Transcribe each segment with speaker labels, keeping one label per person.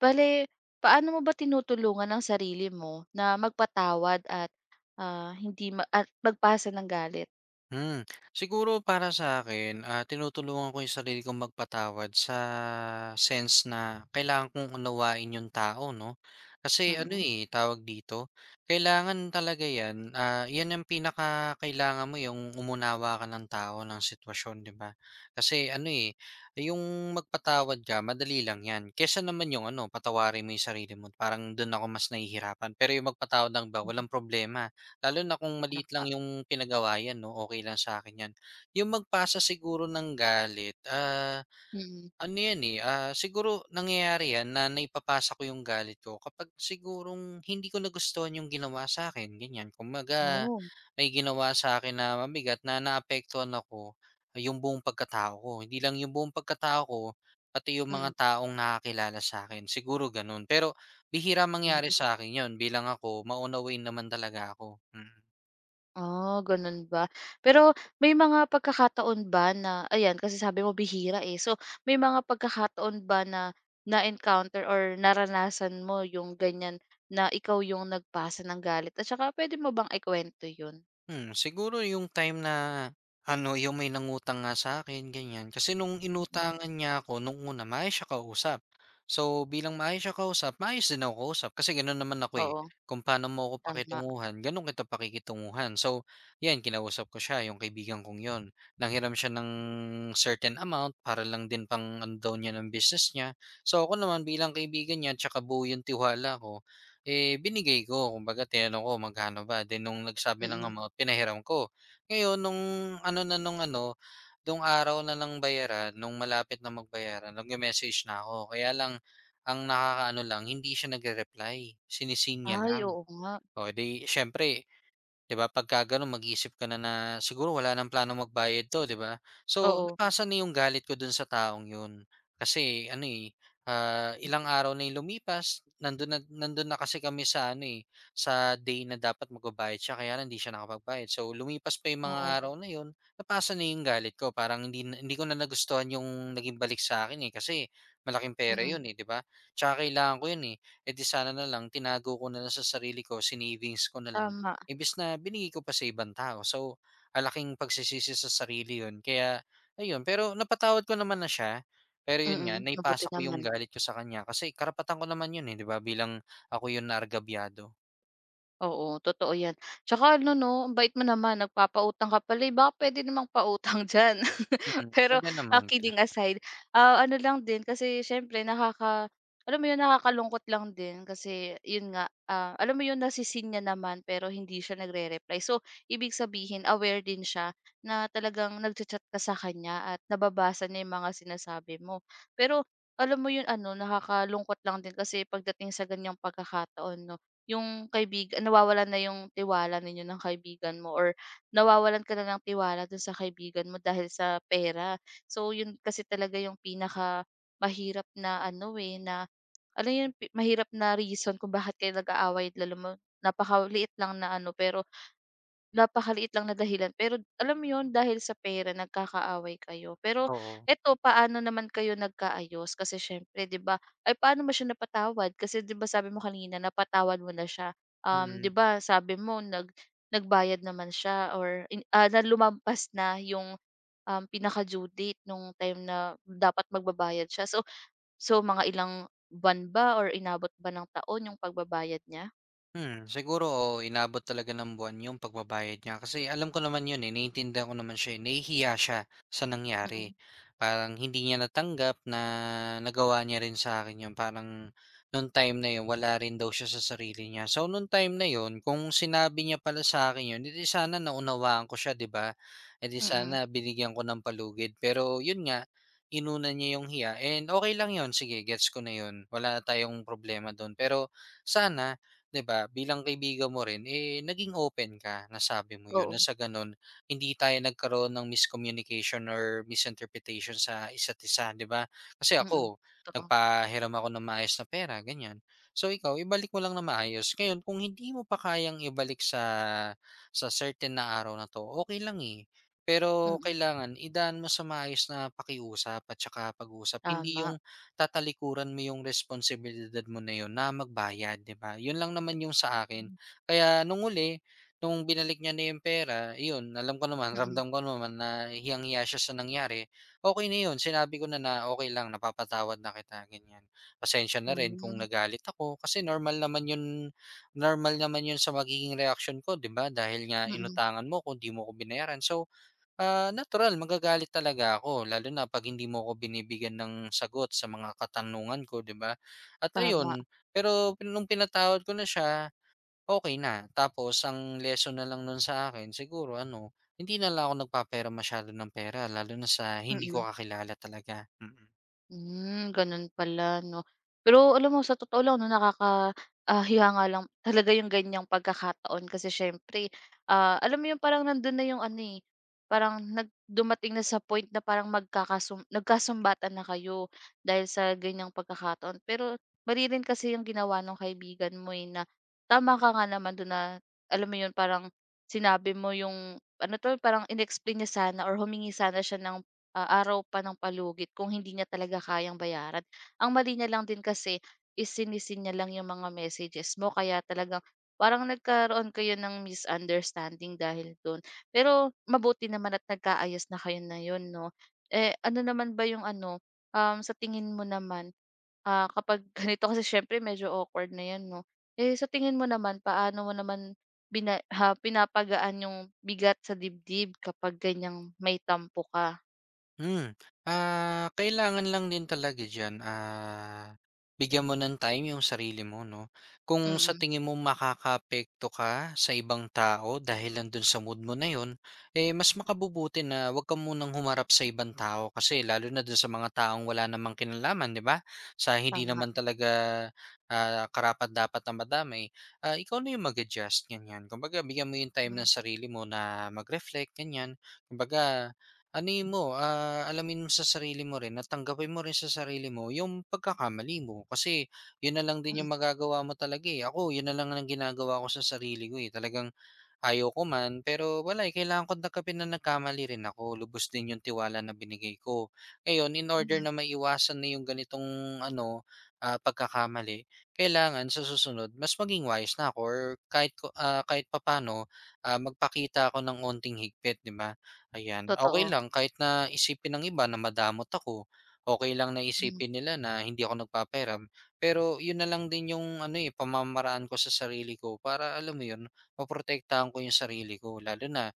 Speaker 1: Bale, paano mo ba tinutulungan ang sarili mo na magpatawad at, ah, hindi ma at magpasa ng galit?
Speaker 2: Hmm, siguro para sa akin, tinutulungan ko yung sarili kong magpatawad sa sense na kailangan kong unawain yung tao 'no. Kasi ano,
Speaker 1: Mm,
Speaker 2: eh, tawag dito, kailangan talaga 'yan, 'yan ang pinaka kailangan mo, yung umunawa ka ng tao, ng sitwasyon, 'di ba? Kasi ano, eh, yung magpatawad ka madali lang 'yan, kaysa naman yung ano, patawarin mo yung sarili mo, parang dun ako mas nahihirapan. Pero yung magpatawad ng iba,
Speaker 1: mm,
Speaker 2: walang problema. Lalo na kung maliit
Speaker 1: tama,
Speaker 2: lang yung pinagawayan 'no, okay lang sa akin 'yan. Yung magpasa siguro ng galit,
Speaker 1: mm.
Speaker 2: ano 'yan, eh, siguro nangyayari 'yan na naipapasa ko yung galit ko kapag sigurong hindi ko nagustuhan yung ginawa sa'kin, ganyan. Kumbaga
Speaker 1: Oh,
Speaker 2: may ginawa sa'kin na mabigat na naapektuhan ako, yung buong pagkatao ko. Hindi lang yung buong pagkatao ko, pati yung mga
Speaker 1: mm,
Speaker 2: taong nakakilala sa akin, siguro gano'n. Pero bihira mangyari
Speaker 1: hmm.
Speaker 2: sa akin 'yon bilang ako, maunawain naman talaga ako, mm.
Speaker 1: Ah, gano'n ba? Pero may mga pagkakataon ba na ayan, kasi sabi mo bihira, eh. So, may mga pagkakataon ba na na-encounter or naranasan mo yung ganyan na ikaw yung nagpasa ng galit at saka puwede mo bang ikwento yun?
Speaker 2: Siguro yung time na ano, yung may nangutang nga sa'kin ganyan. Kasi nung
Speaker 1: Mm,
Speaker 2: inutangan niya ako nung una maayos siya kausap. So, bilang maayos siya kausap, maayos din ako kausap kasi gano'n naman ako, eh.
Speaker 1: oo,
Speaker 2: Kung paano mo ako
Speaker 1: tama,
Speaker 2: pakitunguhan, gano'n kita pakikitunguhan. So, 'yan kinausap ko siya, yung kaibigan kong yon. Nanghiram siya ng certain amount para lang din pang ano daw niya ng business niya. So, ako naman bilang kaibigan niya 'tsaka buo yung tiwala ko eh, binigay ko kumbaga tinanong ko, "Magkano ba?" Then nung nagsabi ng
Speaker 1: mm.
Speaker 2: amount pinahiram ko. Ngayon nung ano na nung ano, nung araw na ng bayaran, nung malapit na magbayaran nagme-message na ako. Kaya lang ang nakakaano lang hindi siya nagre-reply, sini
Speaker 1: Ay,
Speaker 2: lang.
Speaker 1: oo nga.
Speaker 2: Oh, 'di siyempre. 'Di ba, pagka gano'n mag-iisip ka na na siguro wala ng plano magbayad 'to, 'di ba? So,
Speaker 1: Oo,
Speaker 2: napasa na 'yung galit ko do'n sa taong 'yun. Kasi ano, eh, ilang araw na 'yung lumipas, nandun na nando'n na kasi kami sa ano, eh, sa day na dapat magbabayad siya kaya lang hindi siya nakapagbayad. So, lumipas pa 'yung mga
Speaker 1: oo,
Speaker 2: araw na 'yun, napasa na 'yung galit ko. Parang hindi ko na nagustuhan 'yung naging balik sa akin eh, kasi malaking pera
Speaker 1: mm.
Speaker 2: 'yun, eh, 'di ba? Tsaka kailangan ko 'yun, eh. Eh, di sana na lang tinago ko na lang sa sarili ko, sinavings ko na lang.
Speaker 1: Tama,
Speaker 2: Imbes na binigay ko pa sa ibang tao. So, ang laking pagsisisi sa sarili 'yun kaya ayun. Pero napatawad ko naman na siya, pero 'yun
Speaker 1: mm,
Speaker 2: nga
Speaker 1: mabuti
Speaker 2: naipasa ko 'yung
Speaker 1: naman.
Speaker 2: galit ko sa kanya kasi karapatan ko naman 'yun, eh, 'di ba bilang ako 'yung naargabyado.
Speaker 1: Oo, totoo 'yan. Tsaka ano 'no, ang bait mo naman nagpapautang ka pala, eh, baka puwede namang pautang diyan.
Speaker 2: Mm,
Speaker 1: Pero,
Speaker 2: puwede naman
Speaker 1: kidding
Speaker 2: gano'n,
Speaker 1: aside, ano lang din kasi siyempre alam mo yun, nakakalungkot lang din kasi yun nga, alam mo yun nasi niya naman pero hindi siya nagre-reply. So, ibig sabihin aware din siya na talagang nagcha-chat ka sa kanya at nababasa niya yung mga sinasabi mo. Pero alam mo yun ano, nakakalungkot lang din kasi pagdating sa ganiyang pagkakataon 'no, yung kaibig nawawalan na yung tiwala ninyo ng kaibigan mo or nawawalan ka na ng tiwala dun sa kaibigan mo dahil sa pera. So yun kasi talaga yung pinaka mahirap na ano, eh, na alam yun, pi mahirap na reason kung bakit kayo nag-aaway, lalo mo napakaliit lang na ano pero napakaliit lang na dahilan pero alam mo 'yun dahil sa pera nagkakaaway kayo. Pero
Speaker 2: oo,
Speaker 1: eto paano naman kayo nagkaayos? Kasi siyempre 'di ba ay paano mo siya napatawad? Kasi 'di ba sabi mo kanina napatawad mo na siya. 'Di
Speaker 2: mm.
Speaker 1: ba sabi mo nagbayad naman siya or na lumampas na yung, pinaka-due date nung time na dapat magbabayad siya. so mga ilang buwan ba or inabot ba ng taon yung pagbabayad niya?
Speaker 2: Siguro, oo, inabot talaga ng buwan yung pagbabayad niya kasi alam ko naman yun, eh, naiintindihan ko naman siya, eh, nahihiya siya sa nangyari.
Speaker 1: Mm,
Speaker 2: Parang hindi niya natanggap na nagawa niya rin sa akin yun, parang nung time na yun wala rin daw siya sa sarili niya. So, nung time na yun kung sinabi niya pala sa akin yun, edi di sana naunawaan ko siya, 'di ba? Edi
Speaker 1: mm.
Speaker 2: sana binigyan ko ng palugid. Pero yun nga, inuna niya yung hiya and okay lang yun, sige gets ko na yun, wala tayong problema dun. Pero sana. 'Di ba, bilang kaibigan mo rin, eh, naging open ka, nasabi mo 'yun,
Speaker 1: Oo,
Speaker 2: na sa gano'n hindi tayo nagkaroon ng miscommunication or misinterpretation sa isa't isa, 'di ba? Kasi
Speaker 1: mm.
Speaker 2: ako,
Speaker 1: Totoo,
Speaker 2: nagpahiram ako ng maayos na pera, ganyan. So ikaw, ibalik mo lang na maayos. Ngayon kung hindi mo pa kayang ibalik sa certain na araw na 'to, okay lang, eh. Pero
Speaker 1: mm.
Speaker 2: kailangan idaan mo sa maayos na pakiusap at saka pag-uusap, hindi
Speaker 1: Tama.
Speaker 2: 'yung tatalikuran mo yung responsibilidad mo na yun na magbayad, 'di ba? Yun lang naman yung sa akin.
Speaker 1: Mm,
Speaker 2: Kaya nung huli, nung binalik niya na yung pera, iyon, alam ko naman,
Speaker 1: mm.
Speaker 2: ramdam ko naman na hiyang-hiya siya sa nangyari. Okay na yun, sinabi ko na na, "okay lang, napapatawad na kita," ganyan. "Pasensya na rin kung
Speaker 1: Hmm,
Speaker 2: nagalit ako." Kasi normal naman yun sa magiging reaction ko, 'di ba? Dahil nga
Speaker 1: mm.
Speaker 2: inutangan mo ko, 'di mo ko binayaran. So, natural magagalit talaga ako lalo na 'pag hindi mo ako binibigyan ng sagot sa mga katanungan ko, 'di ba? At
Speaker 1: Tama,
Speaker 2: ayun, pero nung pinatawad ko na siya, okay na. Tapos ang lesson na lang nun sa akin siguro ano, hindi na lang ako nagpapera masyado ng pera lalo na sa hindi ko
Speaker 1: mm.
Speaker 2: kakilala talaga, mm.
Speaker 1: Hmm, ganun pala 'no. Pero alam mo sa totoo lang 'no, hiya nga lang talaga yung ganyang pagkakataon kasi siyempre, alam mo yung parang nandun na yung ano, eh, parang nagdumating na sa point na parang nagkasumbatan na kayo dahil sa ganyang pagkakataon. Pero mali rin kasi yung ginawa ng kaibigan mo, eh, na tama ka nga naman dun na alam mo yun parang sinabi mo yung ano 'to, parang inexplain niya sana or humingi sana siya ng araw pa ng palugit kung hindi niya talaga kayang bayaran. Ang mali niya lang din kasi is sinisi niya lang yung mga messages mo kaya talagang parang nagkaroon kayo ng misunderstanding dahil do'n. Pero mabuti naman at nagkaayos na kayo na 'yon 'no. Eh, ano naman ba yung ano, sa tingin mo naman, kapag ganito kasi siyempre medyo awkward na 'yan 'no. Eh, sa tingin mo naman paano mo naman pinapagaan yung bigat sa dibdib kapag ganyang may tampo ka?
Speaker 2: Hmm, kailangan lang din talaga diyan, bigyan mo ng time yung sarili mo 'no. Kung sa
Speaker 1: Mm.
Speaker 2: tingin mo makakaapekto ka sa ibang tao dahil lang dun sa mood mo na yon eh, mas makabubuti na wag ka munang humarap sa ibang tao kasi lalo na dun sa mga taong wala namang kinalaman, 'di ba? Sa hindi
Speaker 1: Tama,
Speaker 2: naman talaga, karapat-dapat na madamay. Ikaw na yung mag-adjust, ganyan. Kumbaga bigyan mo yung time
Speaker 1: hmm,
Speaker 2: ng sarili mo na mag-reflect, ganyan. Kumbaga, anuhin mo, alamin mo sa sarili mo rin at tanggapin mo rin sa sarili mo yung pagkakamali mo. Kasi yun na lang din
Speaker 1: mm,
Speaker 2: yung magagawa mo talaga eh. Ako, yun na lang ang ginagawa ko sa sarili ko eh. Talagang ayaw ko man, pero wala eh, kailangan ko nakapin na nagkamali rin ako. Lubos din yung tiwala na binigay ko. Ngayon, in order
Speaker 1: mm,
Speaker 2: na maiwasan na yung ganitong ano, pagkakamali, kailangan sa susunod, mas maging wise na ako or kahit papano, magpakita ako ng onting higpit, di ba? Ayan, okay
Speaker 1: totoo,
Speaker 2: lang kahit na isipin ng iba na madamot ako, okay lang na
Speaker 1: mm,
Speaker 2: isipin nila na hindi ako nagpapahiram. Pero yun na lang din yung ano, eh, pamamaraan ko sa sarili ko para alam mo yun, maprotektahan ko yung sarili ko. Lalo na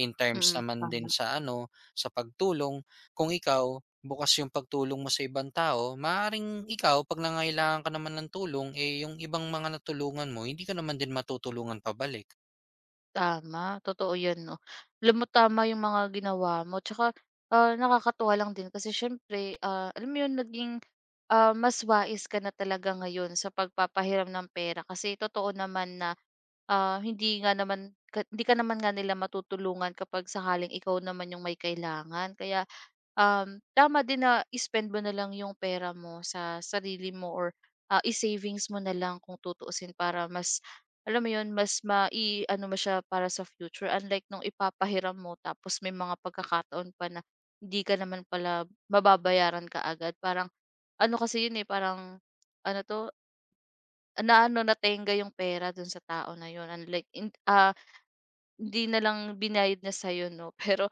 Speaker 2: in terms
Speaker 1: mm,
Speaker 2: naman din
Speaker 1: tama,
Speaker 2: sa ano, sa pagtulong. Kung ikaw bukas yung pagtulong mo sa ibang tao, maaaring ikaw 'pag nangangailangan ka naman ng tulong, eh, yung ibang mga natulungan mo hindi ka naman din matutulungan pabalik.
Speaker 1: tama, totoo 'yan 'no. Alam mo tama yung mga ginawa mo tsaka, nakakatuwa lang din kasi siyempre, alam mo yun naging, mas wais ka na talaga ngayon sa pagpapahiram ng pera kasi totoo naman na, hindi ka naman nga nila matutulungan kapag sakaling ikaw naman yung may kailangan kaya, tama din na i-spend mo na lang yung pera mo sa sarili mo or, i-savings mo na lang kung tutuusin para mas alam mo yun, mas mai-ano mo siya para sa future unlike nung ipapahiram mo tapos may mga pagkakataon pa na hindi ka naman pala mababayaran ka agad. Parang ano kasi yun, eh, parang ano 'to, natenga yung pera dun sa tao na yun unlike in ah hindi na lang binayad na sa'yo 'no. Pero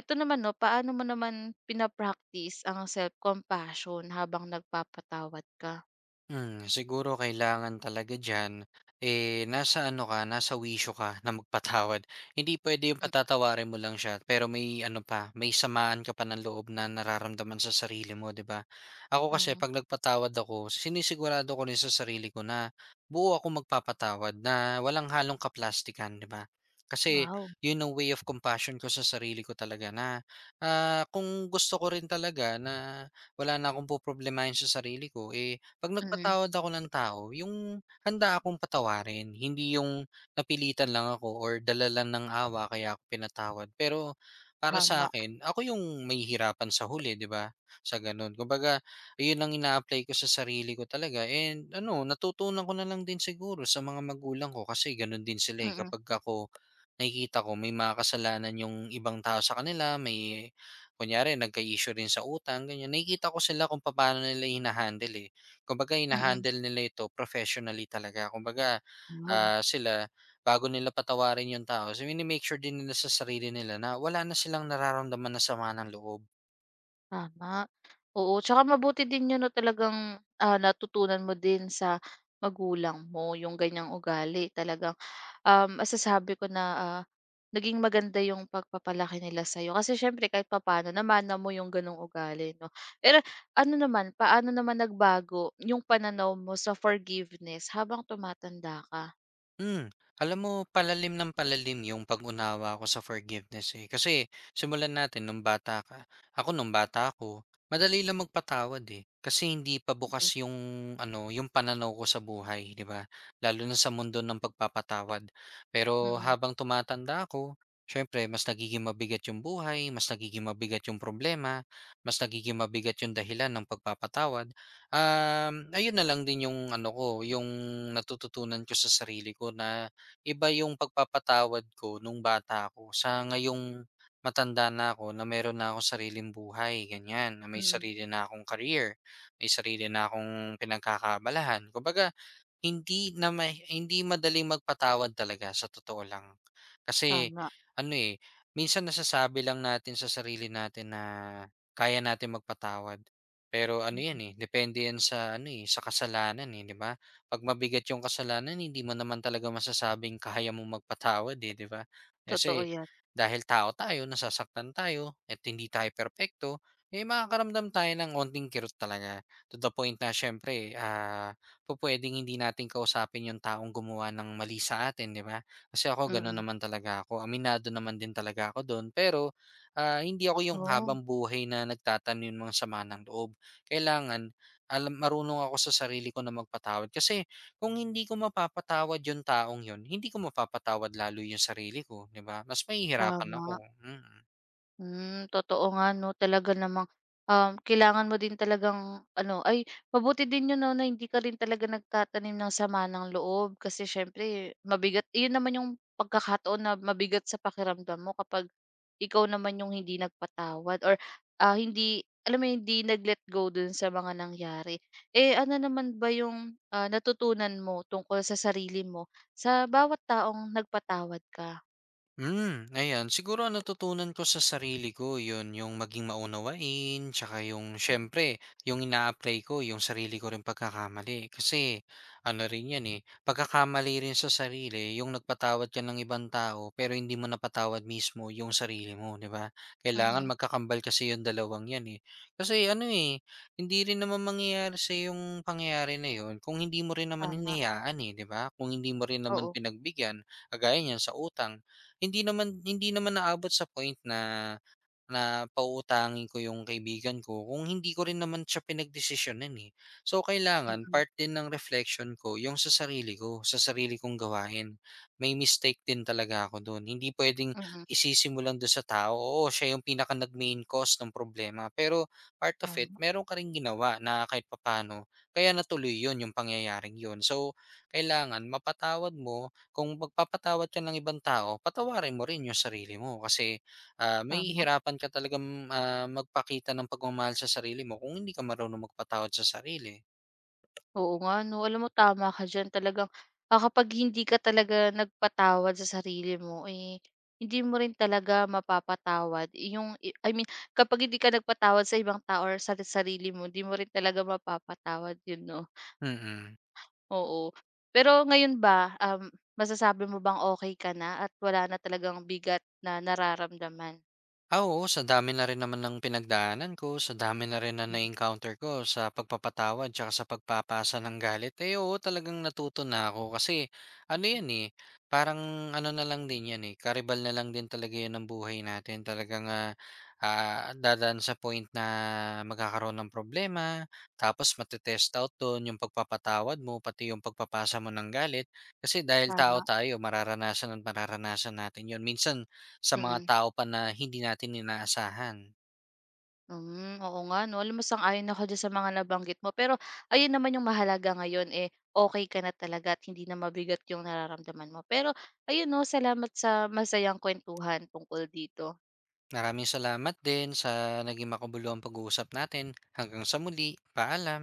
Speaker 1: eto naman 'no, paano mo naman pina-practice ang self-compassion habang nagpapatawad ka?
Speaker 2: Siguro kailangan talaga diyan, eh, nasa ano ka, nasa wisyo ka na magpatawad. Hindi puwede yung patatawarin mo lang siya pero may ano pa, may samaan ka pa ng loob na nararamdaman sa sarili mo, 'di ba? Ako kasi
Speaker 1: Mm,
Speaker 2: 'pag nagpatawad ako, sinisigurado ko rin sa sarili ko na buo ako magpapatawad na walang halong kaplastikan, 'di ba? Kasi
Speaker 1: wow,
Speaker 2: yun ang way of compassion ko sa sarili ko talaga na, kung gusto ko rin talaga na wala na akong poproblemahin sa sarili ko, eh. 'Pag
Speaker 1: mm,
Speaker 2: nagpatawad ako ng tao, yung handa akong patawarin, hindi yung napilitan lang ako or dala ng awa kaya ako pinatawad. Pero para sa
Speaker 1: tama,
Speaker 2: akin ako yung may hirapan sa huli, 'di ba, sa gano'n. Kumbaga, yun ang ina-apply ko sa sarili ko talaga and ano, natutunan ko na lang din siguro sa mga magulang ko kasi gano'n din sila, eh.
Speaker 1: mm,
Speaker 2: Kapag ako Nakikita ko may mga kasalanan yung ibang tao sa kanila, may kunyari nagka-issue rin sa utang ganyan. Nakikita ko sila kung paano nila hina-handle, eh. Kumbaga
Speaker 1: mm,
Speaker 2: hina-handle nila ito professionally talaga. Kumbaga,
Speaker 1: wow,
Speaker 2: sila bago nila patawarin yung tao, so make sure din nila sa sarili nila na wala na silang nararamdaman na sama ng loob.
Speaker 1: tama. Oo, tsaka mabuti din 'yun 'no talagang, natutunan mo din sa magulang mo yung ganiyang ugali. Talagang masasabi ko na, naging maganda yung pagpapalaki nila sa'yo. Kasi siyempre kahit papaano namana mo yung gano'ng ugali 'no. Pero ano naman, paano naman nagbago yung pananaw mo sa forgiveness habang tumatanda ka?
Speaker 2: Hmm, alam mo palalim ng palalim yung pag-unawa ko sa forgiveness, eh. Kasi simulan natin nung bata ka ako nung bata ako, madali lang magpatawad, eh. Kasi hindi pa bukas
Speaker 1: Mm,
Speaker 2: yung ano, yung pananaw ko sa buhay, 'di ba? Lalo na sa mundo ng pagpapatawad. Pero
Speaker 1: mm,
Speaker 2: habang tumatanda ako, siyempre mas nagiging mabigat yung buhay, mas nagiging mabigat yung problema, mas nagiging mabigat yung dahilan ng pagpapatawad. Ayun na lang din yung ano ko, yung natututunan ko sa sarili ko na iba yung pagpapatawad ko nung bata ako sa ngayong matanda na ako na meron na ako sariling buhay, ganyan, na may
Speaker 1: mm.
Speaker 2: sarili na akong career, may sarili na akong pinagkakaabalahan. Kumbaga, hindi madaling magpatawad talaga sa totoo lang. Kasi
Speaker 1: Tama,
Speaker 2: ano eh, minsan nasasabi lang natin sa sarili natin na kaya natin magpatawad pero ano 'yan,
Speaker 1: mm.
Speaker 2: eh, depende 'yan sa ano, eh, sa kasalanan, eh, 'di ba? 'Pag mabigat yung kasalanan hindi mo naman talaga masasabing kaya mo magpatawad, eh, 'di ba?
Speaker 1: Totoo
Speaker 2: Kasi
Speaker 1: 'yan,
Speaker 2: dahil tao tayo, nasasaktan tayo at hindi tayo perpekto, eh, makakaramdam tayo ng onting kirot talaga. To the point na siyempre, pupuwedeng hindi natin kausapin yung taong gumawa ng mali sa atin, 'di ba? Kasi ako gano'n
Speaker 1: mm.
Speaker 2: naman talaga ako, aminado naman din talaga ako do'n. Pero, hindi ako yung
Speaker 1: Oo,
Speaker 2: habang buhay na nagtatanim ng sama ng loob. Kailangan alam Marunong ako sa sarili ko na magpatawad kasi kung hindi ko mapapatawad yung taong yun, hindi ko mapapatawad lalo yung sarili ko, 'di ba? Mas mahihirapan
Speaker 1: tama.
Speaker 2: ako, mm.
Speaker 1: Hmm, totoo nga 'no, talaga namang, kailangan mo din talagang ano ay mabuti din 'yun 'no, na hindi ka rin talaga nagtatanim ng sama ng loob kasi siyempre mabigat 'yun naman yung pagkakataon na mabigat sa pakiramdam mo kapag ikaw naman yung hindi nagpatawad or, hindi alam mo 'yun, hindi nag-let go dun sa mga nangyari. Eh, ano naman ba yung, natutunan mo tungkol sa sarili mo sa bawat taong nagpatawad ka?
Speaker 2: Ayan. Siguro ang natutunan ko sa sarili ko, yun, yung maging maunawain, tsaka yung, syempre, yung ina-apply ko, yung sarili ko rin pagkakamali. Kasi, ano rin yan eh, pagkakamali rin sa sarili, yung nagpatawad ka ng ibang tao, pero hindi mo napatawad mismo yung sarili mo, di ba? Kailangan
Speaker 1: Mm,
Speaker 2: magkakambal kasi yung dalawang yan eh. Kasi ano eh, hindi rin naman mangyayari sa yung pangyayari na yun kung hindi mo rin naman
Speaker 1: tama,
Speaker 2: hinayaan eh, di ba? Kung hindi mo rin naman
Speaker 1: oo,
Speaker 2: pinagbigyan, kagaya niyan sa utang, hindi naman naabot sa point na na pauutangin ko yung kaibigan ko kung hindi ko rin naman siya pinagdesisyonan, eh. So, kailangan
Speaker 1: mm.
Speaker 2: part din ng reflection ko yung sa sarili ko, sa sarili kong gawain. May mistake din talaga ako dun. Hindi puwedeng
Speaker 1: Mm,
Speaker 2: isisimulan dun sa tao. Oo, siya yung pinaka nag-main cause ng problema, pero part of it,
Speaker 1: tama,
Speaker 2: meron ka ring ginawa na kahit papano kaya natuloy yun, yung pangyayaring yun. So, kailangan mapatawad mo. Kung magpapatawad ka ng ibang tao, patawarin mo rin yung sarili mo kasi may
Speaker 1: tama.
Speaker 2: hirapan ka talagang, magpakita ng pagmamahal sa sarili mo kung hindi ka marunong magpatawad sa sarili.
Speaker 1: Oo nga 'no, alam mo tama ka diyan talagang, kapag hindi ka talaga nagpatawad sa sarili mo, eh, hindi mo rin talaga mapapatawad yung i I mean kapag hindi ka nagpatawad sa ibang tao or sa sarili mo, hindi mo rin talaga mapapatawad yun 'no,
Speaker 2: Mm.
Speaker 1: oo. Pero ngayon ba, masasabi mo bang okay ka na at wala na talagang bigat na nararamdaman?
Speaker 2: Oo, sa dami na rin naman ng pinagdaanan ko, sa dami na rin na
Speaker 1: Mm,
Speaker 2: na-encounter ko sa pagpapatawad tsaka sa pagpapasa ng galit, eh oo, talagang natuto na ako kasi ano
Speaker 1: mm,
Speaker 2: yan eh, parang ano na lang din yan eh, karibal na lang din talaga yun ng buhay natin. Talagang dadaan sa point na magkakaroon ng problema, tapos matetest out doon yung pagpapatawad mo, pati yung pagpapasa mo ng galit. Kasi dahil tao
Speaker 1: tama,
Speaker 2: tayo, mararanasan at mararanasan natin yun. Minsan sa mga
Speaker 1: mm.
Speaker 2: tao pa na hindi natin inaasahan.
Speaker 1: Hmm, oo nga 'no. Alam mo sang-ayon ako diyan sa mga nabanggit mo. Pero ayun naman yung mahalaga ngayon, eh, okay ka na talaga at hindi na mabigat yung nararamdaman mo. Pero ayun 'no, salamat sa masayang kuwentuhan tungkol dito.
Speaker 2: Maraming salamat din sa naging makabuluhang pag-uusap natin. Hanggang sa muli, paalam.